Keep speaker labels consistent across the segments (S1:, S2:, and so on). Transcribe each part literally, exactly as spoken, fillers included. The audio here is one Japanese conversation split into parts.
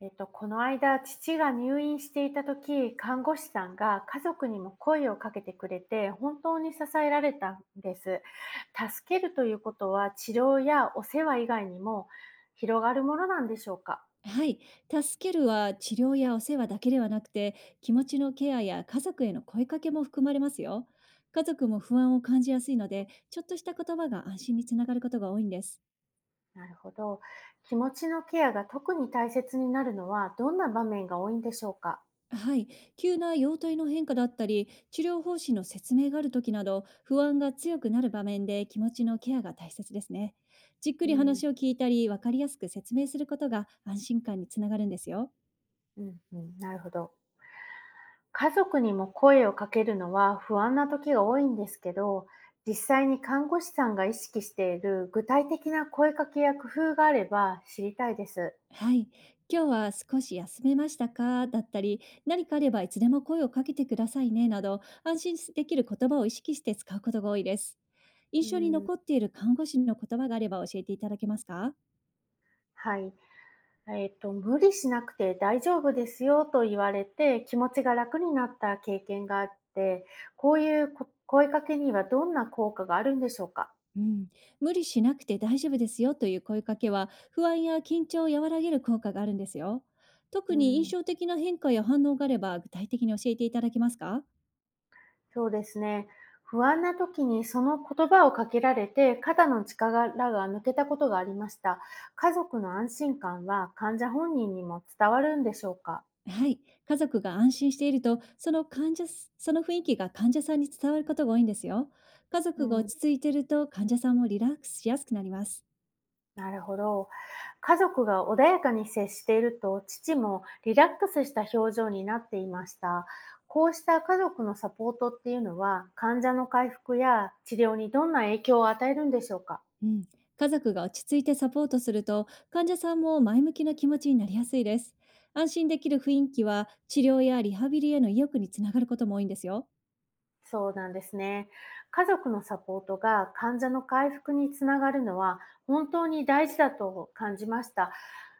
S1: えっと、この間、父が入院していた時、看護師さんが家族にも声をかけてくれて、本当に支えられたんです。助けるということは、治療やお世話以外にも広がるものなんでしょうか。
S2: はい。助けるは治療やお世話だけではなくて、気持ちのケアや家族への声かけも含まれますよ。家族も不安を感じやすいので、ちょっとした言葉が安心につながることが多いんです。
S1: なるほど。気持ちのケアが特に大切になるのは、どんな場面が多いんでしょうか。
S2: はい。急な容体の変化だったり、治療方針の説明がある時など、不安が強くなる場面で気持ちのケアが大切ですね。じっく
S1: う
S2: り
S1: ん、
S2: 話を聞いたり、わかりやすく説明することが安心感につながるんですよ。
S1: うん、うん、なるほど。家族にも声をかけるのは不安な時が多いんですけど、実際に看護師さんが意識している具体的な声かけや工夫があれば知りたいです。
S2: はい。今日は少し休めましたかだったり、何かあればいつでも声をかけてくださいねなど、安心できる言葉を意識して使うことが多いです。印
S1: う
S2: 象に
S1: ん、
S2: 残っている看護師の言葉があれば教えていただけますか？
S1: はい。えっ、と、無理しなくて大丈夫ですよと言われて気持ちが楽になった経験があって、こういうこ声かけにはどんな効果があるんでしょうか。
S2: うん、無理しなくて大丈夫ですよという声かけは、不安や緊張を和らげる効果があるんですよ。特
S1: う
S2: に印
S1: ん。
S2: 象的な変化や反応があれば、具体的に教えていただけますか？
S1: そうですね。不安な時にその言葉をかけられて肩の力が抜けたことがありました。家族の安心感は患者本人にも伝わるんでしょうか。
S2: はい。家族が安心していると、その患者す、その雰囲気が患者さんに伝わることが多いんですよ。家
S1: う
S2: 族が
S1: ん、
S2: 落ち着いていると、患者さんもリラックスしやすくなります。
S1: なるほど。家族が穏やかに接していると父もリラックスした表情になっていました。こうした家族のサポートっていうのは患者の回復や治療にどんな影響を与えるんでしょうか。
S2: うん、家族が落ち着いてサポートすると、患者さんも前向きな気持ちになりやすいです。安心できる雰囲気は、治療やリハビリへの意欲につながることも多いんですよ。
S1: そうなんですね。家族のサポートが患者の回復につながるのは本当に大事だと感じました。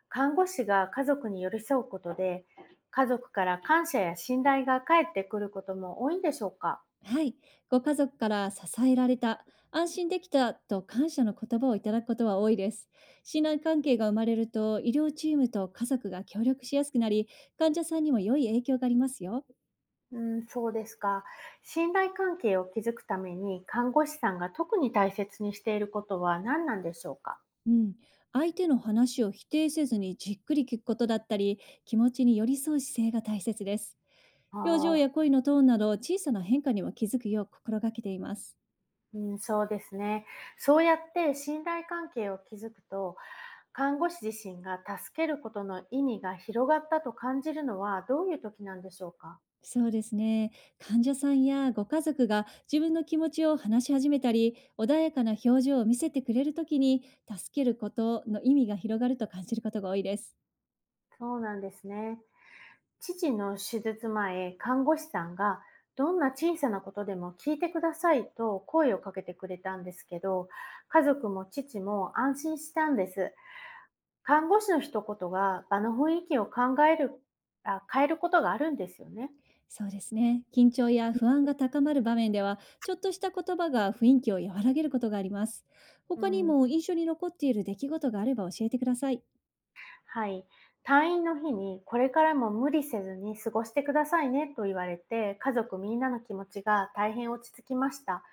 S1: 看護師が家族に寄り添うことで、家族から感謝や信頼が返ってくることも多いんでしょうか。
S2: はい。ご家族から支えられた、安心できたと感謝の言葉をいただくことは多いです。信頼関係が生まれると、医療チームと家族が協力しやすくなり、患者さんにも良い影響がありますよ。
S1: うん、そうですか。信頼関係を築くために看護師さんが特に大切にしていることは何なんでしょうか。
S2: うん。相手の話を否定せずにじっくり聞くことだったり、気持ちに寄り添う姿勢が大切です。
S1: あ
S2: 表情や
S1: あ、
S2: 声のトーンなど、小さな変化にも気づくよう心がけています。
S1: うん、そうですね。そうやって信頼関係を築くと、看護師自身が助けることの意味が広がったと感じるのはどういう時なんでしょうか。
S2: そうですね。患者さんやご家族が自分の気持ちを話し始めたり、穏やかな表情を見せてくれるときに、助けることの意味が広がると感じることが多いです。
S1: そうなんですね。父の手術前、看護師さんがどんな小さなことでも聞いてくださいと声をかけてくれたんですけど、家族も父も安心したんです。看護師の一言が場の雰囲気を考えるあ変えることがあるんですよね。
S2: そうですね。緊張や不安が高まる場面では、ちょっとした言葉が雰囲気を和らげることがあります。
S1: う
S2: 他に
S1: ん、
S2: も印象に残っている出来事があれば教えてください。
S1: はい。退院の日に、これからも無理せずに過ごしてくださいねと言われて、家族みんなの気持ちが大変落ち着きました。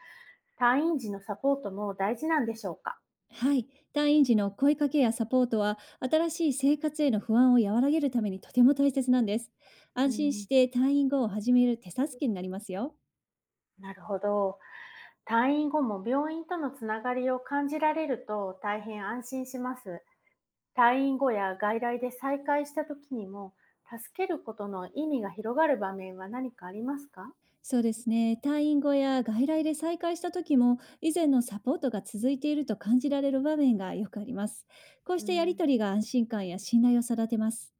S1: 退院時のサポートも大事なんでしょうか。
S2: はい。退院時の声かけやサポートは、新しい生活への不安を和らげるためにとても大切なんです。
S1: う
S2: 安心し
S1: ん、
S2: て退院後を始める手助けになりますよ。
S1: なるほど。退院後も病院とのつながりを感じられると大変安心します。退院後や外来で再会した時にも、助けることの意味が広がる場面は何かありますか。
S2: そうですね。退院後や外来で再開した時も、以前のサポートが続いていると感じられる場面がよくあります。こうし
S1: う
S2: てやり
S1: ん。
S2: とりが安心感や信頼を育てます。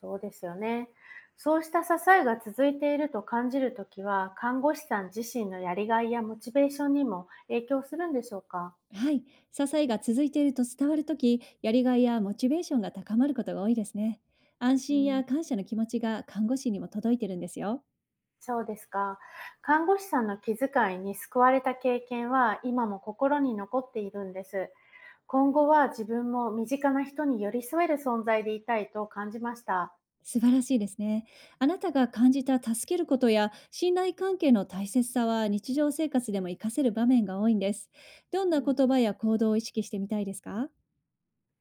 S1: そうですよね。そうした支えが続いていると感じるときは、看護師さん自身のやりがいやモチベーションにも影響するんでしょうか。
S2: はい。支えが続いていると伝わるとき、やりがいやモチベーションが高まることが多いですね。安
S1: う
S2: 心
S1: ん、
S2: や感謝の気持ちが看護師にも届いてるんですよ。
S1: そうですか。看護師さんの気遣いに救われた経験は今も心に残っているんです。今後は自分も身近な人に寄り添える存在でいたいと感じました。
S2: 素晴らしいですね。あなたが感じた助けることや信頼関係の大切さは、日常生活でも活かせる場面が多いんです。どんな
S1: う
S2: 言
S1: ん。
S2: 葉や行動を意識してみたいですか？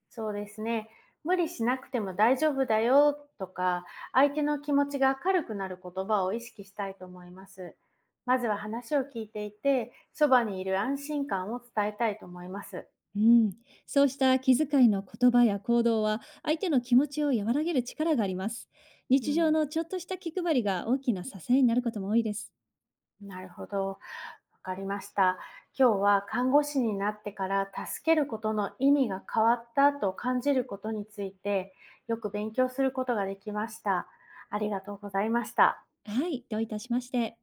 S1: そうですね。無理しなくても大丈夫だよとか、相手の気持ちが明るくなる言葉を意識したいと思います。まずは話を聞いていて、そばにいる安心感を伝えたいと思います。
S2: うん、そうした気遣いの言葉や行動は、相手の気持ちを和らげる力があります。
S1: う
S2: 日常
S1: ん、
S2: のちょっとした気配りが大きな支えになることも多いです。
S1: なるほど。わかりました。今日は看護師になってから助けることの意味が変わったと感じることについて、よく勉強することができました。ありがとうございました。
S2: はい、どういたしまして。